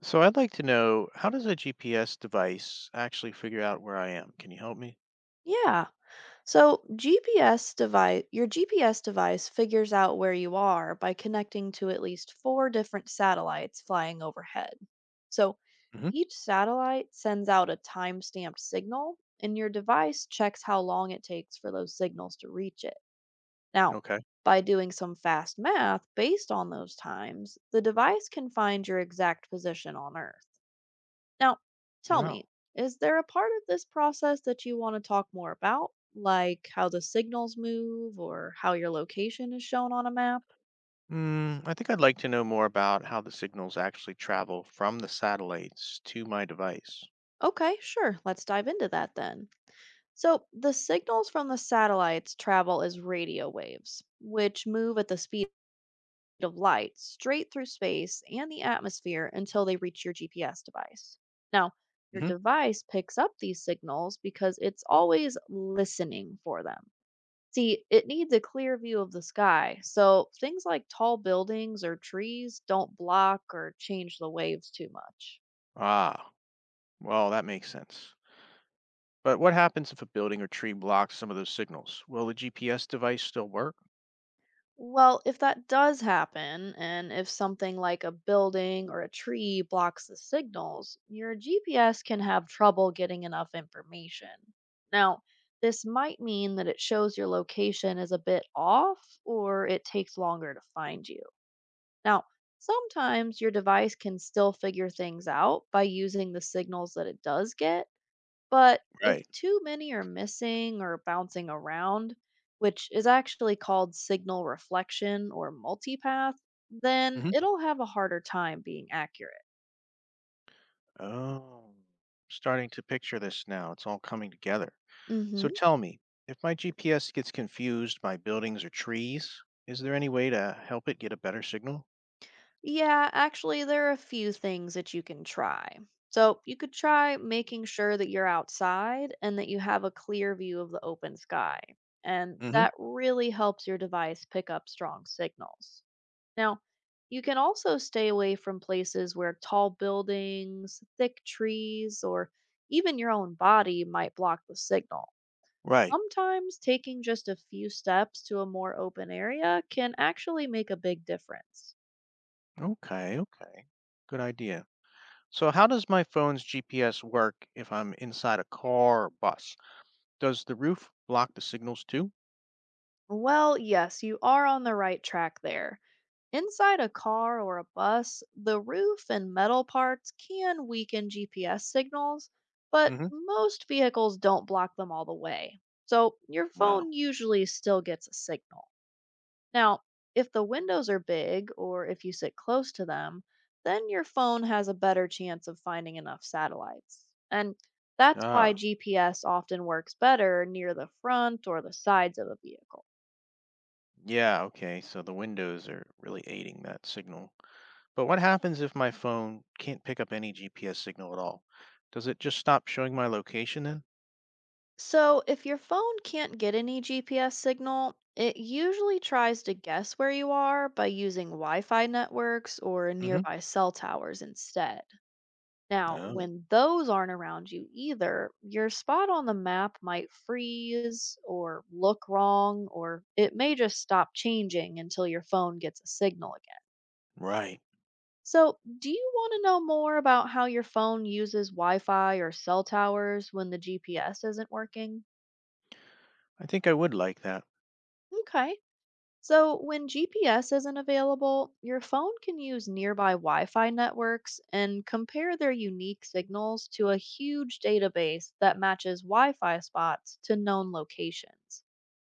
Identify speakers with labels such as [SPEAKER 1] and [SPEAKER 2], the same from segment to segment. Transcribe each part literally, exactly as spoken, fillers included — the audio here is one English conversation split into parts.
[SPEAKER 1] So I'd like to know, how does a G P S device actually figure out where I am? Can you help me?
[SPEAKER 2] Yeah. So G P S device, your G P S device figures out where you are by connecting to at least four different satellites flying overhead. So
[SPEAKER 1] Hmm.
[SPEAKER 2] each satellite sends out a time-stamped signal, and your device checks how long it takes for those signals to reach it. Now,
[SPEAKER 1] Okay.
[SPEAKER 2] by doing some fast math based on those times, the device can find your exact position on Earth. Now, tell
[SPEAKER 1] Oh.
[SPEAKER 2] me, is there a part of this process that you want to talk more about, like how the signals move or how your location is shown on a map?
[SPEAKER 1] Mm, I think I'd like to know more about how the signals actually travel from the satellites to my device.
[SPEAKER 2] Okay, sure. Let's dive into that then. So, the signals from the satellites travel as radio waves, which move at the speed of light straight through space and the atmosphere until they reach your G P S device. Now, your
[SPEAKER 1] Hmm.
[SPEAKER 2] device picks up these signals because it's always listening for them. See, it needs a clear view of the sky, so things like tall buildings or trees don't block or change the waves too much.
[SPEAKER 1] Ah, well, that makes sense. But what happens if a building or tree blocks some of those signals? Will the G P S device still work?
[SPEAKER 2] Well, if that does happen, and if something like a building or a tree blocks the signals, your G P S can have trouble getting enough information. Now, this might mean that it shows your location is a bit off or it takes longer to find you. Now, sometimes your device can still figure things out by using the signals that it does get, but if
[SPEAKER 1] Right.
[SPEAKER 2] too many are missing or bouncing around, which is actually called signal reflection or multipath, then
[SPEAKER 1] Hmm.
[SPEAKER 2] it'll have a harder time being accurate.
[SPEAKER 1] Oh, starting to picture this now. It's all coming together. So tell me, if my G P S gets confused by buildings or trees, is there any way to help it get a better signal?
[SPEAKER 2] Yeah, actually, there are a few things that you can try. So, you could try making sure that you're outside and that you have a clear view of the open sky. And
[SPEAKER 1] Hmm.
[SPEAKER 2] that really helps your device pick up strong signals. Now, you can also stay away from places where tall buildings, thick trees, or even your own body might block the signal.
[SPEAKER 1] Right.
[SPEAKER 2] Sometimes taking just a few steps to a more open area can actually make a big difference.
[SPEAKER 1] Okay, okay. Good idea. So how does my phone's G P S work if I'm inside a car or bus? Does the roof block the signals too?
[SPEAKER 2] Well, yes, you are on the right track there. Inside a car or a bus, the roof and metal parts can weaken G P S signals, but
[SPEAKER 1] Hmm.
[SPEAKER 2] most vehicles don't block them all the way. So your
[SPEAKER 1] Wow.
[SPEAKER 2] phone usually still gets a signal. Now, if the windows are big or if you sit close to them, then your phone has a better chance of finding enough satellites. And that's why
[SPEAKER 1] Ah,
[SPEAKER 2] G P S often works better near the front or the sides of a vehicle.
[SPEAKER 1] yeah, okay. So the windows are really aiding that signal. But what happens if my phone can't pick up any G P S signal at all? Does it just stop showing my location then?
[SPEAKER 2] So, if your phone can't get any G P S signal, it usually tries to guess where you are by using Wi Fi networks or
[SPEAKER 1] Hmm.
[SPEAKER 2] nearby cell towers instead. Now,
[SPEAKER 1] Oh.
[SPEAKER 2] when those aren't around you either, your spot on the map might freeze or look wrong, or it may just stop changing until your phone gets a signal again.
[SPEAKER 1] Right.
[SPEAKER 2] So, do you want to know more about how your phone uses Wi Fi or cell towers when the G P S isn't working?
[SPEAKER 1] I think I would like that.
[SPEAKER 2] Okay. So, when G P S isn't available, your phone can use nearby Wi Fi networks and compare their unique signals to a huge database that matches Wi Fi spots to known locations.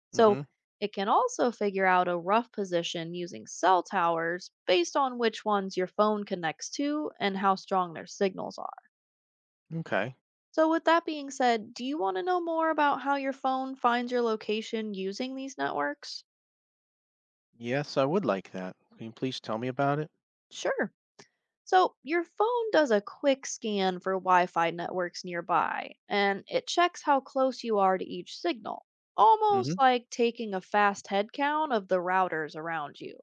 [SPEAKER 2] So,
[SPEAKER 1] Hmm.
[SPEAKER 2] it can also figure out a rough position using cell towers based on which ones your phone connects to and how strong their signals are.
[SPEAKER 1] Okay.
[SPEAKER 2] So, with that being said, do you want to know more about how your phone finds your location using these networks?
[SPEAKER 1] Yes, I would like that. Can you please tell me about it?
[SPEAKER 2] Sure. So, your phone does a quick scan for Wi Fi networks nearby, and it checks how close you are to each signal, almost
[SPEAKER 1] Hmm.
[SPEAKER 2] like taking a fast head count of the routers around you.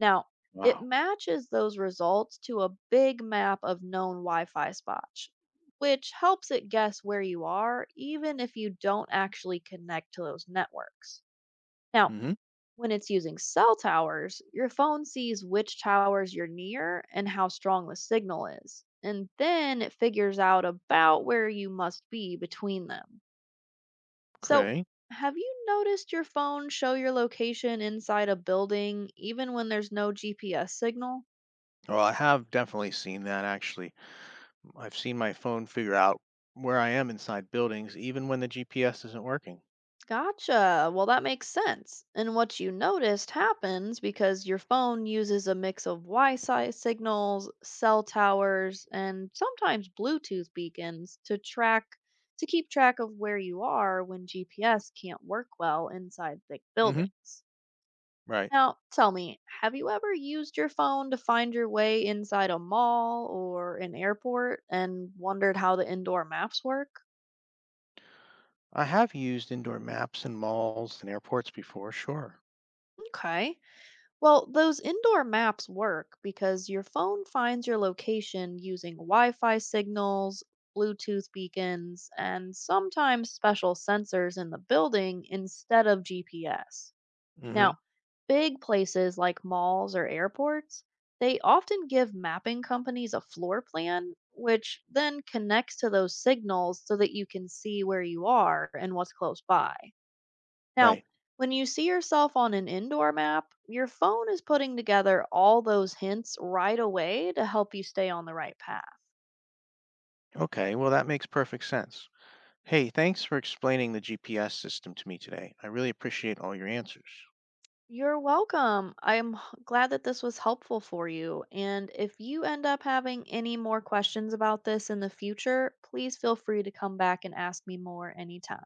[SPEAKER 2] Now, it
[SPEAKER 1] Wow.
[SPEAKER 2] matches those results to a big map of known Wi Fi spots, which helps it guess where you are, even if you don't actually connect to those networks. Now,
[SPEAKER 1] Hmm.
[SPEAKER 2] when it's using cell towers, your phone sees which towers you're near and how strong the signal is. And then it figures out about where you must be between them. So,
[SPEAKER 1] Okay.
[SPEAKER 2] have you noticed your phone show your location inside a building even when there's no G P S signal?
[SPEAKER 1] Well, I have definitely seen that actually. I've seen my phone figure out where I am inside buildings, even when the G P S isn't working.
[SPEAKER 2] Gotcha. Well, that makes sense. And what you noticed happens because your phone uses a mix of Wi Fi signals, cell towers, and sometimes Bluetooth beacons to track to keep track of where you are when G P S can't work well inside thick
[SPEAKER 1] Hmm.
[SPEAKER 2] buildings.
[SPEAKER 1] Right.
[SPEAKER 2] Now, tell me, have you ever used your phone to find your way inside a mall or an airport and wondered how the indoor maps work?
[SPEAKER 1] I have used indoor maps in malls and airports before, sure.
[SPEAKER 2] Okay. Well, those indoor maps work because your phone finds your location using Wi Fi signals, Bluetooth beacons, and sometimes special sensors in the building instead of G P S. Now,
[SPEAKER 1] Hmm.
[SPEAKER 2] big places like malls or airports, they often give mapping companies a floor plan, which then connects to those signals so that you can see where you are and what's close by. Now,
[SPEAKER 1] Right.
[SPEAKER 2] when you see yourself on an indoor map, your phone is putting together all those hints right away to help you stay on the right path.
[SPEAKER 1] Okay. Well, that makes perfect sense. Hey, thanks for explaining the G P S system to me today. I really appreciate all your answers.
[SPEAKER 2] You're welcome. I'm h- glad that this was helpful for you. And if you end up having any more questions about this in the future, please feel free to come back and ask me more anytime.